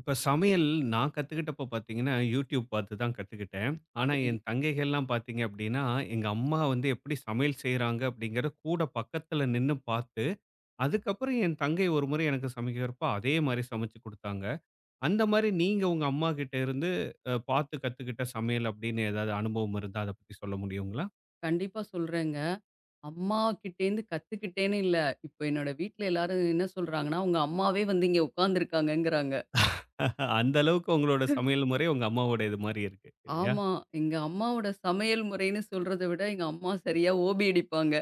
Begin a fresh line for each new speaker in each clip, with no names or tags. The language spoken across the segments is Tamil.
இப்ப சமையல் நான் கத்துக்கிட்டப்ப பார்த்தீங்கன்னா, YouTube பார்த்து தான் கத்துக்கிட்டேன். ஆனா,
சரி.
என் தங்கைகள்லாம் பார்த்தீங்க அப்டின்னா, எங்க அம்மா வந்து எப்படி சமையல் செய்றாங்க அப்படிங்கிறத கூட பக்கத்துல நின்னு பார்த்து, அதுக்கப்புறம் என் தங்கை ஒரு முறை எனக்கு சமைக்கிறப்ப அதே மாரி சமைச்சு குடுத்தாங்க. அந்த மாரி நீங்க உங்க அம்மாகிட்ட இருந்து பார்த்து கத்துக்கிட்ட சமையல் அப்படின்னு ஏதாவது அனுபவம் இருந்தா அத பத்தி சொல்ல முடியுங்களா?
கண்டிப்பா சொல்றேங்க. அம்மா கிட்டேருந்து கத்துக்கிட்டேன்னு இல்ல. இப்ப என்னோட வீட்ல எல்லாரும் என்ன சொல்றாங்கன்னா, உங்க அம்மாவே வந்து இங்க உட்காந்துருக்காங்கங்கிறாங்க.
அந்த அளவுக்கு உங்களோட சமையல் முறை உங்க அம்மாவோட இது மாரி இருக்கு இல்லையா?
ஆமா. எங்க அம்மாவோட சமையல் முறைன்னு சொல்றத விட, எங்க அம்மா சரியா ஓபி அடிப்பாங்க.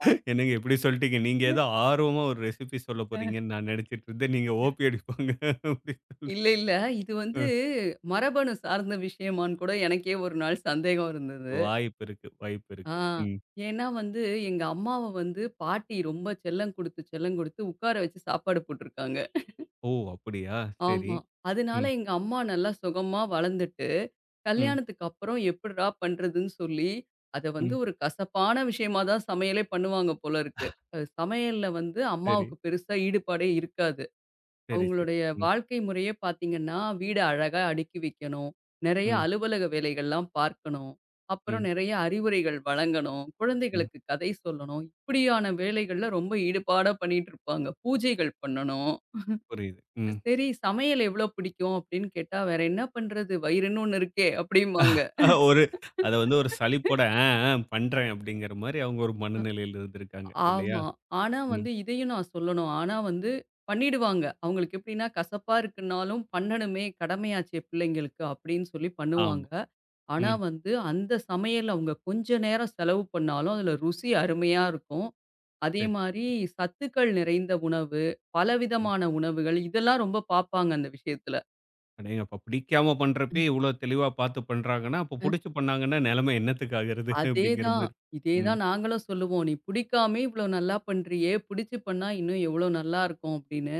என்னங்க இப்படி சொல்லிட்டீங்க. நீங்க ஏதோ ஆர்வமா ஒரு ரெசிபி சொல்லப்
அது
போறீங்கன்னு நான் நெனச்சுட்டு இருந்தேன். நீங்க ஓபி அடிப்பாங்க அப்படி.
இல்ல, இல்ல. இது வந்து
ம்.
மரபணு சார்ந்த விஷயமான்னு கூட எனக்கே ஒரு நாள் சந்தேகம் இருந்தது.
வாய்ப்பு இருக்கு, வாய்ப்பு
ஆ
இருக்கு. ம்.
ஏன்னா வந்து எங்க அம்மாவ வந்து பாட்டி ரொம்ப செல்லம் குடுத்து, செல்லம் குடுத்து உட்கார வச்சு சாப்பாடு போட்டுருக்காங்க.
ஓ! அப்படியா? சரி.
ஆமா. அதனால
ம்,
எங்க அம்மா நல்லா சுகமா வளர்ந்துட்டு
ம்,
கல்யாணத்துக்கு அப்புறம் எப்படிடா பண்றதுன்னு சொல்லி, அத வந்து
ம்.
ஒரு கசப்பான விஷயமா தான் சமையலே பண்ணுவாங்க போல இருக்கு. சமையல்ல வந்து
சரி,
அம்மாவுக்கு பெருசா ஈடுபாடே இருக்காது.
சரி, சரி.
அவங்களுடைய
ம்,
வாழ்க்கை முறையே பார்த்தீங்கன்னா, வீட அழகா அடுக்கி வைக்கணும். நெறைய
ம்,
அலுவலக வேலைகள்லாம் பார்க்கணும். அப்புறம்
ம்,
நெறைய அறிவுரைகள் வழங்கணும்.
ம்.
குழந்தைகளுக்கு கதை சொல்லணும். இப்படியான வேலைகள்ல ரொம்ப ஈடுபாடா பண்ணிட்டு இருப்பாங்க. பூஜைகள் பண்ணணும்.
புரியுது. ம்.
சரி, சமையல் எவ்ளோ பிடிக்கும் அப்படின்னு கேட்டா, "வேற என்ன பண்றது? வயிறுன்னு ஒண்ணு இருக்கே" அப்படிம்பாங்க.
ஒரு அத வந்து ஒரு சலிப்போட ஆ, ஆ பண்றேன் அப்படிங்கிற மாரி அவங்க ஒரு மனநிலையில இருந்திருக்காங்க இல்லையா?
ஆமா. ஆனா
ம்.
வந்து இதையும் நான் சொல்லணும். ஆனா வந்து பண்ணிடுவாங்க. அவங்களுக்கு எப்படின்னா, கசப்பா இருக்குன்னாலும் பண்ணணுமே, கடமையாச்சே பிள்ளைங்களுக்கு அப்படின்னு சொல்லி
ஆமா.
பண்ணுவாங்க. ஆனா
ம்.
வந்து அந்த சமையல் அவங்க கொஞ்ச நேரம் செலவு பண்ணாலும், அதில ருசி அருமையா இருக்கும். அதே
சரி.
மாரி சத்துக்கள் நிறைந்த உணவு, பலவிதமான உணவுகள் இதெல்லாம் ரொம்ப பார்ப்பாங்க அந்த விஷயத்துல.
அடேங்கப்பா! பிடிக்காம பண்றப்பயே இவ்ளோ தெளிவா பார்த்து பண்றாங்கன்னா, அப்போ புடிச்சு பண்ணாங்கன்னா நிலைமை என்னத்துக்கு ஆகுறது? அப்படிங்கிற
அதேதான்,
மாரி. ம்,
இதேதான் நாங்களும் சொல்லுவோம். "நீ பிடிக்காமயே இவ்வளோ நல்லா பண்றியே, பிடிச்சு பண்ணா இன்னும் எவ்வளோ நல்லாருக்கும்" அப்படின்னு.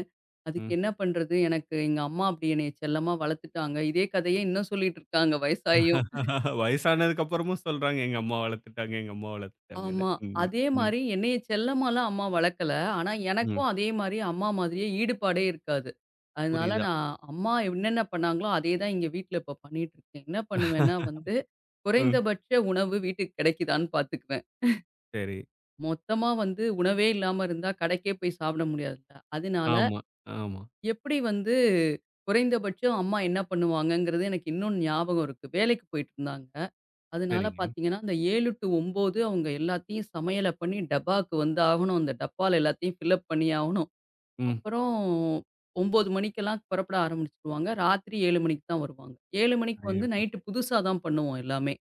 அதுக்கு
ம்.
என்ன பண்றது? எனக்கு எங்க அம்மா அப்படி என்னைய செல்லமா வளர்த்துட்டாங்க. இதே கதைய இன்னும் சொல்லிட்டு இருக்காங்க வயசாயும்.
வயசானதுக்கு அப்புறமும் சொல்றாங்க, எங்க அம்மா வளர்த்துட்டாங்க, எங்க அம்மா வளர்த்துட்டாங்கன்னு.
ஆமா.
ம்,
அதே
ம்,
மாரி என்னைய செல்லமாலாம் அம்மா வளர்க்கல. ஆனா
ம்.
எனக்கும் அதே மாரி அம்மா மாதிரியே ஈடுபாடே இருக்காது. அதனால
புரியுதா?
நான் அம்மா என்னென்ன பண்ணாங்களோ, அதே தான் இங்க வீட்ல இப்ப பண்ணிட்டு இருக்கேன். என்ன பண்ணுவேன்னா வந்து,
ம்.
குறைந்தபட்ச உணவு வீட்டுக்கு கிடைக்குதான்னு பார்த்துக்குவேன்.
சரி.
மொத்தமா வந்து உணவே இல்லாம இருந்தா கடைக்கே போய் சாப்பிட முடியாதுல்ல. அதனால
ஆமா, ஆமா.
எப்படி வந்து குறைந்தபட்சம் அம்மா என்ன பண்ணுவாங்கங்கிறது எனக்கு இன்னும் ஞாபகம் இருக்கு. வேலைக்கு போயிட்டு இருந்தாங்க. அதனால
சரிங்க.
பார்த்தீங்கன்னா, அந்த 7 டூ 9 அவங்க எல்லாத்தையும் சமையல பண்ணி டப்பாக்கு வந்து ஆகணும். அந்த டப்பால எல்லாத்தையும் ஃபில்லப் பண்ணி ஆகணும்.
ம்.
அப்புறம் 9 மணிக்கெல்லாம் புறப்பட ஆரம்பிச்சுருவாங்க. ராத்திரி 7 மணிக்கு தான் வருவாங்க. 7 மணிக்கு வந்து
அடேங்கப்பா!
நைட்டு புதுசா தான் பண்ணுவோம் எல்லாமே.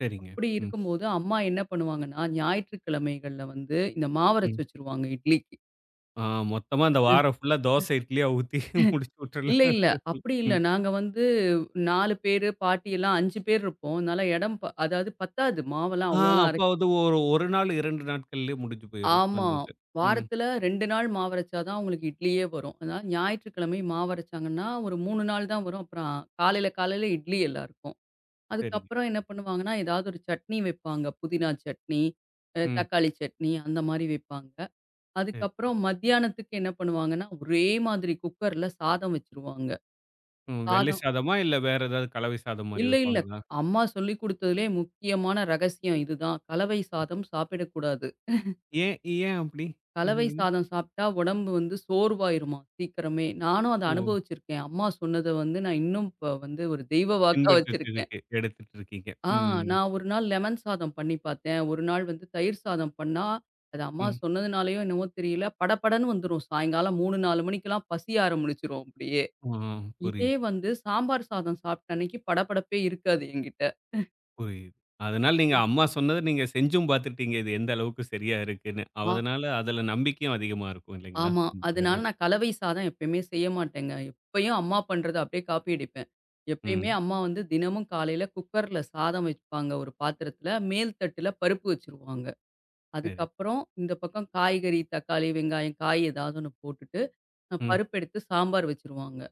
சரிங்க.
அப்படி
ம்,
இருக்கும்போது அம்மா என்ன பண்ணுவாங்கன்னா, ஞாயிற்றுக்கிழமைகள்ல வந்து இந்த மாவரைச்சு
ம்.
வச்சுருவாங்க இட்லி.
ஆ மொத்தமா அந்த வாரம் ஃபுல்லா தோச, இட்லியா ஊத்தி முடிச்சு
இல்ல,
விட்டுறலாம்.
இல்ல. அப்படி இல்ல.
ம்.
நாங்க வந்து 4 பேரு, பாட்டி எல்லாம் 5 பேர் இருப்போம். அதனால இடம் அதாவது பத்தாது. மாவெல்லாம்
ஆ
அவ்வளோலாம்
அப்போ
அரைக்க
அது ஒரு 1 நாள், 2 நாட்கள்லயே முடிஞ்சு போயிரும் அந்த
ஆமா.
இது. ம்.
வாரத்துல 2 நாள் மாவு அரைச்சா தான் அவங்களுக்கு இட்லியே வரும். அதனால ஞாயிற்றுக்கிழமை மாவு அரைச்சாங்கன்னா, ஒரு 3 நாள் தான் வரும். அப்புறம் காலையில காலையில இட்லி எல்லாருக்கும்.
சரிங்க.
அதுக்கப்புறம் என்ன பண்ணுவாங்கன்னா, ஏதாவது ஒரு சட்னி வைப்பாங்க. புதினா சட்னி,
ம்.
தக்காளி சட்னி அந்த மாரி வைப்பாங்க.
சரி.
அதுக்கப்புறம் மத்தியானத்துக்கு என்ன பண்ணுவாங்கன்னா, ஒரே மாதிரி குக்கர்ல சாதம் வச்சுருவாங்க.
ம். வெள்ளை
சாதம்
சாதமா? இல்ல வேற ஏதாவது கலவை சாதம் மாரி
இல்ல, இல்ல.
வைப்பாங்களா?
அம்மா சொல்லிக் குடுத்ததிலே முக்கியமான ரகசியம் இதுதான். கலவை சாதம் சாப்பிடக்கூடாது.
ஏன் ஏன் அப்படி? அந்த
கலவை
இது?
சாதம் சாப்பிட்டா உடம்பு வந்து சோர்வாயிருமாம் சீக்கிரமே. நானும் அத
ஓ!
அனுபவிச்சிருக்கேன். அம்மா சொன்னத வந்து நான் இன்னும் இப்ப வந்து ஒரு தெய்வ வாக்கா
பின்பற்றிட்டு
வச்சிருக்கேன்.
இருக்கு எடுத்துட்டு இருக்கீங்க.
ஆ
ம்.
நான் ஒரு நாள் லெமன் சாதம் பண்ணி பார்த்தேன். ஒரு நாள் வந்து தயிர் சாதம் பண்ணா, அது அம்மா
ம்.
சொன்னதுனாலயோ என்னவோ தெரியல, படபடன்னு வந்துரும். சாயங்காலம் 3, 4 மணிக்கெல்லாம் பசி ஆரம்பிச்சிரும் அப்படியே.
ஆ
இதே
புரியுது,
வந்து சாம்பார் சாதம் சாப்பிட்ட அன்னைக்கு படபடப்பே இருக்காது என்கிட்ட.
புரியுது. அதனால நீங்க அம்மா சொன்னத நீங்க செஞ்சும் பார்த்துட்டீங்க. இது எந்த அளவுக்கு சரியா இருக்குன்னு. அதனால அதுல நம்பிக்கையும் அதிகமா இருக்கும் இல்லைங்களா?
ஆமா.
இந்த இதுல.
அதனால நான் கலவை சாதம் எப்பயுமே செய்ய மாட்டேங்க. எப்பயும் அம்மா பண்றத அப்படியே காப்பி அடிப்பேன். எப்பயுமே
ம்.
அம்மா வந்து தினமும் காலையில குக்கர்ல சாதம் வப்பாங்க ஒரு பாத்திரத்துல. மேல் தட்டுல பருப்பு வச்சுருவாங்க.
சரி.
அதுக்கப்புறம் இந்த பக்கம் காய்கறி, தக்காளி, வெங்காயம், காய் ஏதாவது ஒண்ணு போட்டுட்டு,
ம்.
பருப்பு எடுத்து சாம்பார் வச்சுருவாங்க.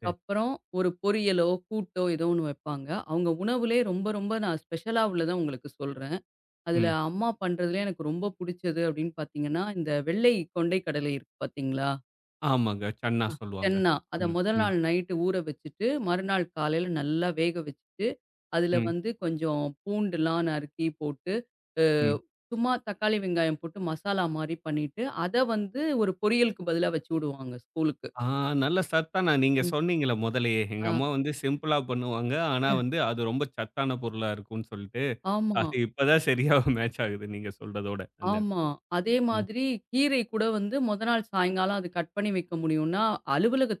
சரி.
ஒரு பொரியலோ, கூட்டோ ஏதோ ஒண்ணு வப்பாங்க. அவங்க உணவுலயே ரொம்ப ரொம்ப நான் ஸ்பெஷலா உள்ளத உங்களுக்கு சொல்றேன். அதுல
ம்.
அம்மா பண்றதுலயே எனக்கு ரொம்ப புடிச்சது அப்படின்னு பார்த்தீங்கன்னா, இந்த வெள்ளை கொண்டை கடலை இருக்கு பார்த்தீங்களா?
ஆமாங்க. சன்னா சொல்லுவாங்க.
சென்னா. அத
சன்னா.
முதல்
ம்.
நாள் நைட்டு ஊற வச்சுட்டு, மறுநாள் காலையில நல்லா வேக வச்சுட்டு, அதுல
ம்.
வந்து கொஞ்சம் பூண்டுலாம் நறுக்கி போட்டு, அ
ம்.
சும்மா தக்காளி, வெங்காயம் போட்டு மசாலா மாரி பண்ணிட்டு, அத வந்து ஒரு பொரியலுக்கு பதிலா வச்சு விடுவாங்க ஸ்கூலுக்கு.
ஆ நல்ல சத்தான நீங்க
ம்.
சொன்னீங்கல்ல முதலயே. எங்க
ஆ
அம்மா வந்து சிம்பிளா பண்ணுவாங்க. ஆனா வந்து அது ரொம்ப சத்தான பொருளா இருக்கும்னு சொல்லிட்டு,
ஆமா,
அது இப்ப தான் சரியா மேட்ச் ஆகுது நீங்க சொல்றதோட அந்த
ஆமா.
இடத்துல.
அதே
ம்,
மாதிரி கீரை கூட வந்து மொத நாள் சாயங்காலம் அது கட் பண்ணி வைக்க முடியும்னா,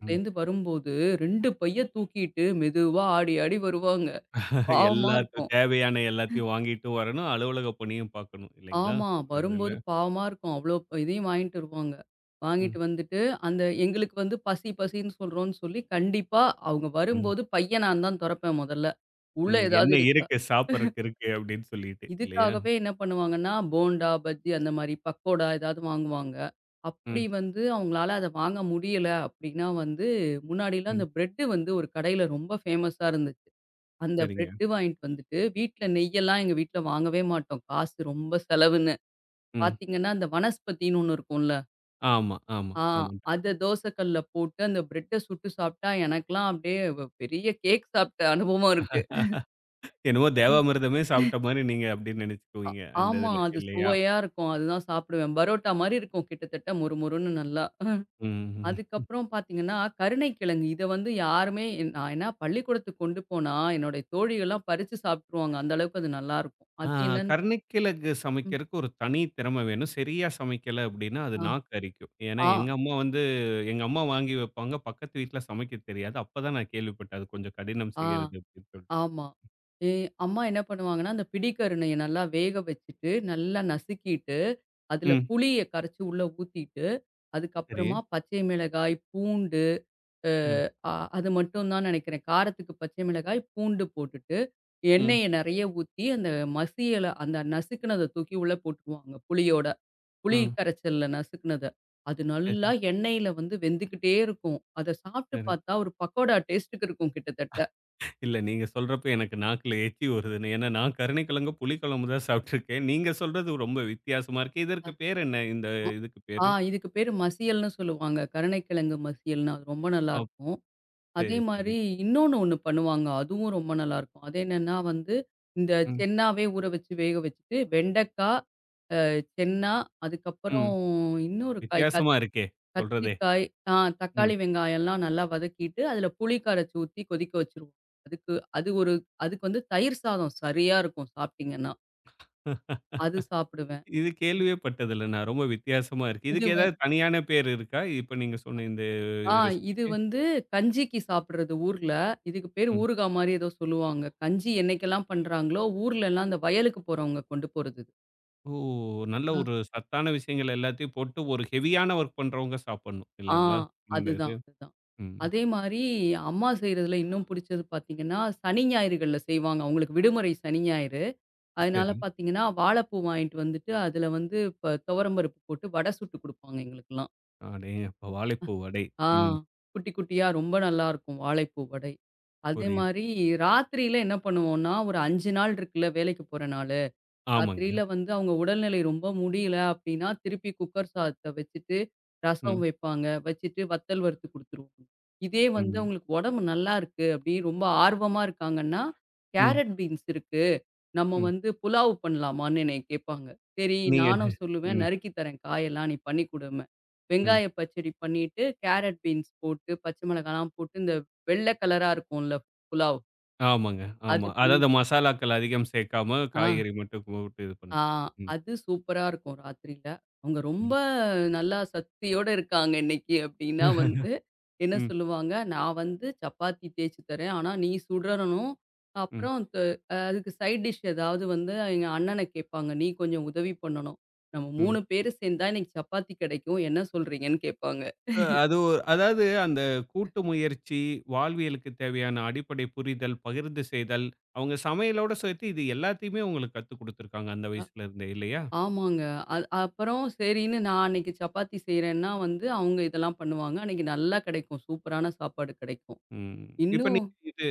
ம்.
வரும்போது 2 பைய தூக்கிட்டு மெதுவா ஆடி ஆடி வருவாங்க. பாவமா
எல்லாத்து
இருக்கும்.
தேவையான எல்லாத்தையும் வாங்கிட்டு வரணும். அலுவலக பணியும் பார்க்கணும் இல்லைங்களா?
ஆமா.
இந்த இதுல.
வரும்போது பாவமா இருக்கும். அவ்ளோ இதையும் வாங்கிட்டு வருவாங்க.
ம்,
வாங்கிட்டு வந்துட்டு, அந்த எங்களுக்கு வந்து பசி பசின்னு சொல்றோம்ன்னு சொல்லி, கண்டிப்பா அவங்க
ம்,
வரும்போது பைய நான் தான் தொறப்பேன் மொதல்ல. உள்ள
ம்.
ஏதாவது
என்ன
இருக்கா?
இருக்கு சாப்பிடறக்கு இருக்கு அப்படின்னு சொல்லிட்டு இல்லையா?
இதுக்காகவே என்ன பண்ணுவாங்கன்னா, போண்டா, பஜ்ஜி அந்த மாரி பக்கோடா ஏதாவது வாங்குவாங்க. அப்படி
ம்,
வந்து அவங்களால அத வாங்க முடியல அப்படின்னா வந்து, முன்னாடிலாம்
ம்.
அந்த பிரெட்டு வந்து ஒரு கடையில ரொம்ப ஃபேமஸா இருந்துச்சு. அந்த
சரிங்க.
பிரெட்டு வாங்கிட்டு வந்துட்டு, வீட்ல நெய்யெல்லாம் எங்க வீட்ல வாங்கவே மாட்டோம். காசு ரொம்ப செலவுன்னு.
ம்.
பார்த்தீங்கன்னா, அந்த வனஸ்பதின்னு ஒண்ணு இருக்கும்ல.
ஆமா, ஆமா,
ஆ
ஆமா.
அத தோசக்கல்ல போட்டு அந்த பிரெட்ட சுட்டு சாப்ட்டா எனக்கெல்லாம் அப்படியே பெரிய கேக் சாப்ட்ட அனுபவம் இருக்கு.
என்னமோ
ம்.
தேவாமிர்தமே சாப்பிட்ட மாரி நீங்க அப்படின்னு
அ
நினைச்சுக்குவீங்க அந்த
ஆமா.
இதுல
அது
இல்லையா?
சுவையா இருக்கும். அதுதான் சாப்பிடுவேன். பரோட்டா மாரி இருக்கும் கிட்டத்தட்ட மொறுமொறுன்னு நல்லா.
ம்.
அதுக்கப்புறம் பார்த்தீங்கன்னா, கருணைக்கிழங்கு இத வந்து யாருமே நான் ஏன்னா பள்ளிக்கூடத்துக்கு கொண்டு போனா, என்னுடைய தோழிகள்லாம் பறிச்சு சாப்ட்டுருவாங்க. அந்த அளவுக்கு அது நல்லாருக்கும்.
ஆ
அது என்னன்னு
கருணைக்கிழங்கு
ம்.
சமைக்கிறதுக்கு ஒரு தனி திறமை வேணும். சரியா சமைக்கல அப்டின்னா, அது
ஆ.
நாக்கு அரிக்கும். ஏன்னா,
ஆ.
எங்க அம்மா வாங்கி வைப்பாங்க. பக்கத்து வீட்ல சமைக்க தெரியாது. அப்ப தான் நான் கேள்விப்பட்டேன். அது கொஞ்சம் கடினம்
ஆ.
செய்றது அப்டின்னு சொல்லிட்டு.
ஆமா. எ அம்மா என்ன பண்ணுவாங்கன்னா, அந்த பிடிக்கருணைய நல்லா வேக வச்சுட்டு, நல்லா நசுக்கிட்டு, அதுல
ம்.
புளிய கரைச்சு உள்ள ஊத்திட்டு,
சரி.
அதுக்கப்புறமா பச்சை மிளகாய், பூண்டு, அ
ம்.
அ அது மட்டும் தான் நெனைக்கிறேன். காரத்துக்கு பச்சை மிளகாய், பூண்டு போட்டுட்டு,
ம்.
எண்ணெய நெறைய ஊத்தி, அந்த மசியல அந்த நசுக்குனத தூக்கி உள்ள போட்டுருவாங்க புளியோட. புளி
ம்.
கரைச்சல்ல நசுக்குனத. அது
சரி,
நல்லா எண்ணெயில வந்து வெந்துக்கிட்டே இருக்கும். அத சாப்பிட்டு
சரி.
பார்த்தா, ஒரு பக்கோடா டேஸ்ட்டுக்கு இருக்கும் கிட்டத்தட்ட.
இல்ல நீங்க சொல்றப்ப எனக்கு நாக்குல எச்சி ஊறுதுன்னு. ஏன்னா, நான் கருணைக்கிழங்கு, புளிக்குழம்பு தான் சாப்ட்டுருக்கேன். நீங்க சொல்றது ரொம்ப வித்தியாசமா இருக்கு. இதற்கு பேர் என்ன? இந்த
ஆ
இதுக்கு
ஆ
பேரு?
இதுக்கு பேரு மசியல்ன்னு சொல்லுவாங்க. கருணைக்கிழங்கு மசியல்ன்னு. அது ரொம்ப
ஆ
நல்லாருக்கும். அதே
சரி, சரி.
மாரி இன்னொன்னு ஒண்ணு பண்ணுவாங்க. அதுவும் ரொம்ப நல்லாருக்கும். அது என்னன்னா வந்து, இந்த
ம்.
சென்னாவே ஊற வச்சு வேக வச்சுட்டு, வெண்டைக்கா, அ சென்னா,
ம்.
அதுக்கப்புறம் இன்னொரு காய்
வித்தியாசமா இருக்கே! சொல்றதே!
கத்திரிக்காய், ஆ தக்காளி, வெங்காயம்லாம் நல்லா வதக்கிட்டு, அதில புளி கரைச்சு ஊத்தி கொதிக்க வச்சுருவோம். அதுக்கு அது ஒரு அதுக்கு வந்து தயிர் சாதம் சரியா இருக்கும் சாப்பிட்டீங்கன்னா.
ம்.
அது சாப்பிடுவேன்.
இது கேள்வியே பட்டதில்ல நான். ரொம்ப வித்தியாசமா இருக்கு.
இது
இதுக்கு ஏதாவது தனியான பேர் இருக்கா? இப்ப நீங்க சொன்ன இந்த
ஆ இது
ரெசிபிக்கு?
வந்து கஞ்சிக்கு சாப்பிடுறது ஊர்ல. இதுக்கு பேரு
ம்.
ஊறுகா மாரி ஏதோ சொல்லுவாங்க. கஞ்சி என்னைக்கெல்லாம் பண்றாங்களோ, ஊர்லலாம் அந்த வயலுக்கு போறவங்க கொண்டு போறது இது.
ஓ! நல்ல
அ.
ஒரு சத்தான விஷயங்கள் எல்லாத்தையும் போட்டு ஒரு ஹெவியான ஒர்க் பண்றவங்க சாப்பிடணும்.
ஆ
இல்லைங்களா? இந்த இது.
அதுதான், அதுதான்.
ம்.
அதே மாரி அம்மா செய்றதுல இன்னும் புடிச்சது பார்த்தீங்கன்னா, சனி ஞாயிறுகள்ல செய்வாங்க. அவங்களுக்கு விடுமுறை சனி ஞாயிறு. அதனால
சரி.
பார்த்தீங்கன்னா, வாழைப்பூ வாங்கிட்டு வந்துட்டு, அதில வந்து துவரம் பருப்பு போட்டு வடை சுட்டு குடுப்பாங்க எங்களுக்கெல்லாம்.
அடேங்கப்பா! வாழைப்பூ வடை.
ஆ.
ம்.
குட்டி குட்டியா ரொம்ப நல்லாருக்கும் வாழைப்பூ வடை. அதே
புரியுது.
மாரி ராத்திரியில என்ன பண்ணுவோம்னா, ஒரு 5 நாள் இருக்குல்ல வேலைக்கு போற நாள்.
ஆமாங்க.
ராத்திரியில வந்து அவங்க உடல்நிலை ரொம்ப முடியல அப்படின்னா, திருப்பி குக்கர் சாதத்த வச்சுட்டு, ரசம்
ம்.
வைப்பாங்க. வச்சுட்டு வத்தல் வறுத்து குடுத்துருவாங்க. இதே வந்து
ம்.
அவங்களுக்கு உடம்பு நல்லா இருக்கு அப்படி ரொம்ப ஆர்வமா இருக்காங்கன்னா,
ம்.
கேரட் பீன்ஸ் இருக்கு. நம்ம
ம்.
வந்து புலாவ் பண்ணலாமான்னு என்னைய கேட்பாங்க. சரி
நீங்க என்ன
நானும் சொல்லுவேன்,
ம்.
நறுக்கி தரேன் காயெல்லாம் நீ பண்ணி குடும்பேன்.
ம்.
வெங்காய பச்சடி பண்ணிட்டு, கேரட் பீன்ஸ் போட்டு, பச்சை மிளகாலாம் போட்டு, இந்த வெள்ள கலரா இருக்கும்ல புலாவ்
ஆமாங்க.
அது
ஆமா.
பண்ணி
அதாவது மசாலாக்கள் அதிகம் சேர்க்காம,
ஆ.
காய்கறி மட்டும் போட்டு இது
ஆ
பண்றது. ம்.
அது சூப்பரா இருக்கும் ராத்திரியில. அவங்க ரொம்ப
ம்.
நல்லா சக்தியோட இருக்காங்க இன்னைக்கு அப்படின்னா வந்து, என்ன
ம்.
சொல்லுவாங்க, "நான் வந்து சப்பாத்தி தேய்ச்சு தரேன். ஆனா நீ சுடரணும்.
ம்.
அப்புறம் அதுக்கு சைட் டிஷ் ஏதாவது வந்து" எங்க அண்ணன கேட்பாங்க. "நீ கொஞ்சம் உதவி பண்ணணும். நம்ம
ம்.
3 பேரு சேர்ந்தா இன்னைக்கு சப்பாத்தி கிடைக்கும். என்ன சொல்றீங்கன்னு?" கேட்பாங்க.
அ அது ஒ அதாவது அந்த கூட்டு முயற்சி, வாழ்வியலுக்கு தேவையான அடிப்படை புரிதல், பகிர்ந்து செய்தல், அவங்க சமையலோட சேர்த்து இது எல்லாத்தையுமே உங்களுக்கு கத்துக் குடுத்துருக்காங்க அந்த
அ
வயசுல இருந்தே இல்லையா?
ஆமாங்க. அது அப்புறம் சரின்னு நான் அன்னைக்கு சப்பாத்தி செய்றேன்னா வந்து, அவங்க இதெல்லாம் பண்ணுவாங்க. அன்னைக்கு நல்லா கிடைக்கும். சூப்பரான சாப்பாடு கிடைக்கும்.
ம். இப்ப
இன்னும்
நீங்க இது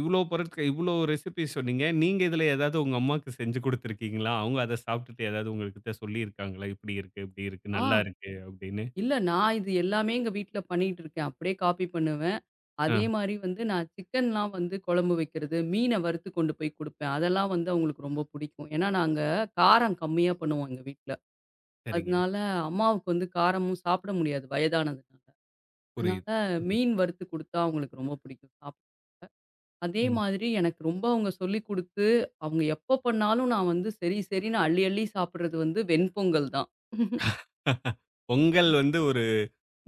இவ்ளோ பொருட்கள் இவ்ளோ ரெசிபி சொன்னீங்க. நீங்க இதுல ஏதாவது உங்க அம்மாக்கு செஞ்சு குடுத்துருக்கீங்களா? அவங்க அத சாப்பிட்டுட்டு ஏதாவது உங்ககிட்ட சொல்லியிருக்காங்களா? இப்படி இருக்கு, இப்படி இருக்கு, நல்லா
ஆ.
இருக்கு அப்படின்னு?
இல்ல. நான் இது எல்லாமே எங்க வீட்ல பண்ணிட்டுருக்கேன். அப்படியே காப்பி பண்ணுவேன்.
ஆ
அதே மாரி வந்து நான் சிக்கன்லாம் வந்து குழம்பு வைக்கிறது, மீன வறுத்து கொண்டு போய் குடுப்பேன். அதெல்லாம் வந்து அவங்களுக்கு ரொம்ப பிடிக்கும். ஏன்னா, நாங்க காரம் கம்மியா பண்ணுவோம் எங்க வீட்ல.
சரிங்க.
அதனால அம்மாவுக்கு வந்து காரமும் சாப்பிட முடியாது வயதானதுனால. அதனால
புரியுது. புரியுது.
மீன் வறுத்து குடுத்தா அவங்களுக்கு ரொம்ப பிடிக்கும் அதே
ம்.
மாதிரி எனக்கு ரொம்ப அவங்க சொல்லிக் குடுத்து, அவங்க எப்ப பண்ணாலும் நான் வந்து சரி சரின்னு அள்ளி அள்ளி சாப்பிடுறது வந்து வெண்பொங்கல் தான்.
பொங்கல் வந்து ஒரு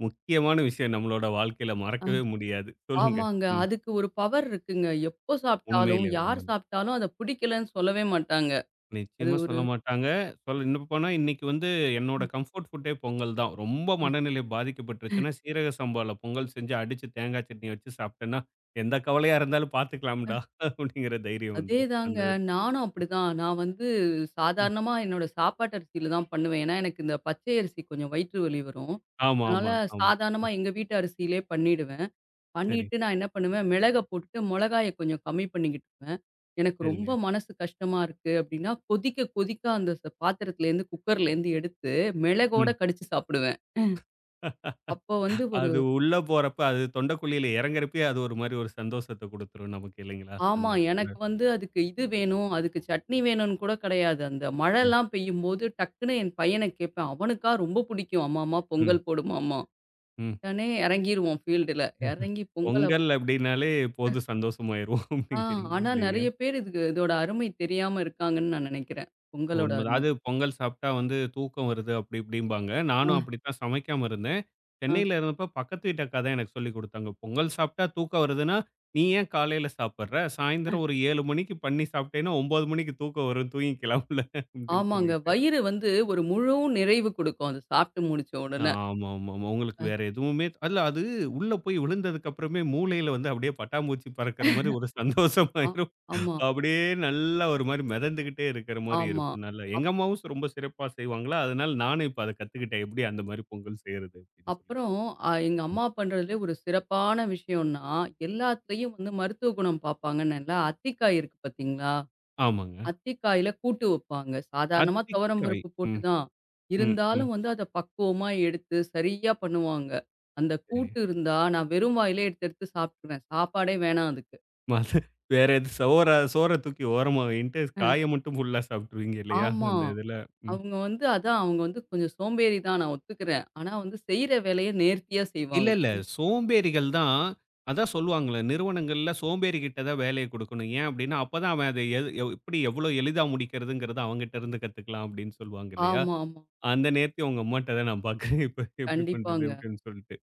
முக்கியமான விஷயம் நம்மளோட வாழ்க்கையில மறக்கவே முடியாது. சொல்லுங்க.
ஆமாங்க.
ம்.
அதுக்கு ஒரு பவர் இருக்குங்க. எப்போ சாப்பிட்டாலும்,
உண்மையிலே,
யார்
உண்ம.
சாப்பிட்டாலும் அத பிடிக்கலன்னு சொல்லவே மாட்டாங்க. அது
நிச்சயமா
ஒரு
சொல்ல மாட்டாங்க. சொல்ல இன்னும் போனா இன்னைக்கு வந்து என்னோட
ம்.
கம்ஃபோர்ட் ஃபுட்டே பொங்கல் தான். ரொம்ப மனநிலை பாதிக்கப்பட்டுருச்சுன்னா, சீரக சம்பால பொங்கல் செஞ்சு அடிச்சு தேங்காய் சட்னி வச்சு சாப்பிட்டேன்னா, எந்த கவலையா இருந்தாலும் பார்த்துக்கலாம்டா அப்படிங்கிற தைரியம் வந்துரும். அந்த
அதேதாங்க.
இது.
நானும் அப்படிதான். நான் வந்து
ம்.
சாதாரணமா என்னோட சாப்பாட்டு அரிசியில தான் பண்ணுவேன். ஏன்னா, எனக்கு இந்த பச்சை அரிசி கொஞ்சம் வயிற்று வலி வரும்.
ஆமா,
அதனால
ஆமா, ஆமா.
சாதாரணமா எங்க வீட்டு அரிசியிலே பண்ணிடுவேன்.
சரி,
பண்ணிட்டு நான் என்ன பண்ணுவேன், மிளக போட்டுட்டு மொளகாய கொஞ்சம் கம்மி பண்ணிக்கிட்டுருவேன். எனக்கு ரொம்ப
சரிங்க.
மனசு கஷ்டமா இருக்கு அப்படின்னா, கொதிக்க கொதிக்க அந்த பாத்திரத்துலேருந்து, குக்கர்லேருந்து எடுத்து மிளகோட
ம்.
கடிச்சு சாப்பிடுவேன். அப்போ வந்து ஒரு
அது உள்ள போறப்ப அது தொண்டைக்குழியில இறங்குறப்பயே அது ஒரு மாரி ஒரு சந்தோஷத்த குடுத்துரும் நமக்கு இல்லைங்களா? அந்த
ஆமா.
இடத்துல.
எனக்கு வந்து அதுக்கு இது வேணும், அதுக்கு சட்னி வேணும்னு கூட கிடையாது. அந்த
ம்,
மழைலாம் பெய்யும்போது டக்குன்னு என் பையன கேட்பேன். அவனுக்கா ரொம்ப புடிக்கும். அம்மாம்மா
ம்,
பொங்கல் போடுமாம்மா.
ம்.
உடனே இறங்கிருவோம் ஃபீல்டுல. இறங்கி பொங்கல் அப்
பொங்கல் அப்படின்னாலே போதும் சந்தோஷமாயிருவோம்
ஆ
அப்படிங்கிறீங்க
ஆனா
இல்லையா?
நெறைய பேர் இதுக்கு இதோட அருமை தெரியாம இருக்காங்கன்னு நான் நெனைக்கிறேன். பொங்கலோட
உண்மதான்.
அருமை.
அது பொங்கல் சாப்பிட்டா வந்து தூக்கம் வருது அப்படி இப்படிம்பாங்க. நானும்
அ,
அப்படித்தான் சமைக்காம இருந்தேன்.
அ.
சென்னையில இருந்தப்ப பக்கத்து வீட்டு அக்கா தான் எனக்கு சொல்லிக் குடுத்தாங்க. பொங்கல் சாப்பிட்டா தூக்கம் வருதுன்னா, நீ ஏன் காலையில சாப்பிடுற? சாயந்தரம் ஒரு 7 மணிக்கு பண்ணி சாப்பிட்டேன்னா 9 மணிக்கு தூக்கம் வரும். தூங்கிக்கலாம் உள்ள அப்படின்னு சொல்லி.
ஆமாங்க. வயிறு வந்து ஒரு முழு நிறைவு குடுக்கும். அது சாப்பிட்டு முடிச்ச உடனே.
ஆமாமாமா. உங்களுக்கு வேற எதுவுமே அல்ல அது உள்ள போய் விழுந்ததுக்கு அப்புறமே மூளையில வந்து அப்படியே பட்டாம்பூச்சி பறக்கிற மாரி ஒரு
ஆ
சந்தோஷமாயிரும்.
ஆமா,
அப்படியே நல்லா ஒரு மாரி மிதந்துகிட்டே இருக்கிற மாரி
ஆமா.
இருக்கும். நல்லா எங்க அம்மாவும் ரொம்ப சிறப்பா செய்வாங்களா, அதனால நானும் இப்ப அத கத்துக்கிட்டேன். எப்படி அந்த மாரி பொங்கல் செய்றது அப்படின்னு சொல்லிட்டு.
அப்புறம் எங்க
ம்.
அம்மா பண்றதுலே ஒரு சிறப்பான விஷயம்னா, எல்லாத்துலயும் வந்து மருத்துவ குணம் பார்ப்பாங்கன்னு இல்ல, அத்திக்காய் இருக்கு பார்த்தீங்களா?
ஆமாங்க.
அத்திக்காயில கூட்டு வைப்பாங்க. சாதாரணமா துவரம்
அத்திக்காய்.
பருப்பு போட்டு
ம்,
தான்.
ம், ம்.
இருந்தாலும் வந்து அத பக்குவமா எடுத்து சரியா பண்ணுவாங்க. அந்த
சரி.
கூட்டு இருந்தா நான் வெறும் வாயிலே எடுத்து எடுத்து சாப்பிட்டுருவேன். சாப்பாடே வேணாம் அதுக்கு.
மது வேற எது சோற சோற தூக்கி ஓரமா வைன்ட்டு,
அ.
காய மட்டும் ஃபுல்லா சாப்பிட்டுருவீங்க இல்லையா?
ஆமா.
அந்த இதுல. ம்.
அவங்க வந்து அதான் அவங்க வந்து கொஞ்சம் சோம்பேறி தான் நான் ஒத்துக்கிறேன். ஆனா வந்து செய்ற வேலைய நேர்த்தியா
இல்ல,
செய்வாங்க.
இல்ல. சோம்பேறிகள் தான் அதான் சொல்லுவாங்கள்ல, நிறுவனங்கள்ல சோம்பேறிகிட்ட தான் வேலைய குடுக்கணும். ஏன் அப்டின்னா, அப்பதான் அவன் அத எது எவ் எப்படி எவ்வளோ எளிதா முடிக்கிறதுங்கிறத அவன்கிட்ட இருந்து கத்துக்கலாம் அப்டின்னு சொல்லுவாங்க இல்லையா?
ஆமா, ஆமா.
அந்த நேர்த்திய உங்க அம்மாட்ட தான் நான் பாக்குறேன். இப்ப எப்படி பண்றது?
கண்டிப்பாங்க.
அப்டின்னு சொல்லிட்டு.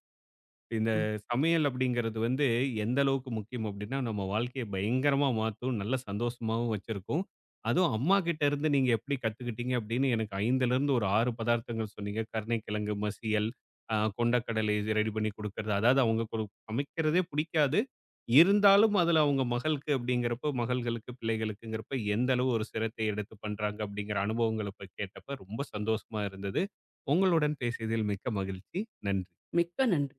இந்த
ம்.
சமையல் அப்படிங்கிறது வந்து எந்த அளவுக்கு முக்கியம் அப்படின்னா, நம்ம வாழ்க்கைய பயங்கரமா மாத்தும். நல்ல சந்தோஷமாவும் வச்சிருக்கும். அதுவும் அம்மா கிட்ட இருந்து நீங்க எப்படி கத்துக்கிட்டீங்க அப்படின்னு எனக்கு 5லருந்து ஒரு 6 பதார்த்தங்கள் சொன்னீங்க. கருணைக்கிழங்கு மசியல், கொண்டக்கடலை இது ரெடி பண்ணி குடுக்கறது. அதாவது அவங்க கு சமைக்கிறதே புடிக்காது. இருந்தாலும் அதுல அவங்க மகளுக்கு அப்படிங்கிறப்போ, மகள்களுக்கு, பிள்ளைகளுக்குங்கிறப்ப எந்த அளவு ஒரு சிரத்தை எடுத்து பண்றாங்க அப்படிங்கிற அனுபவங்கள போய் கேட்டப்ப ரொம்ப சந்தோஷமா இருந்தது. உங்களுடன் பேசியதில் மிக்க மகிழ்ச்சி. நன்றி.
மிக்க நன்றி.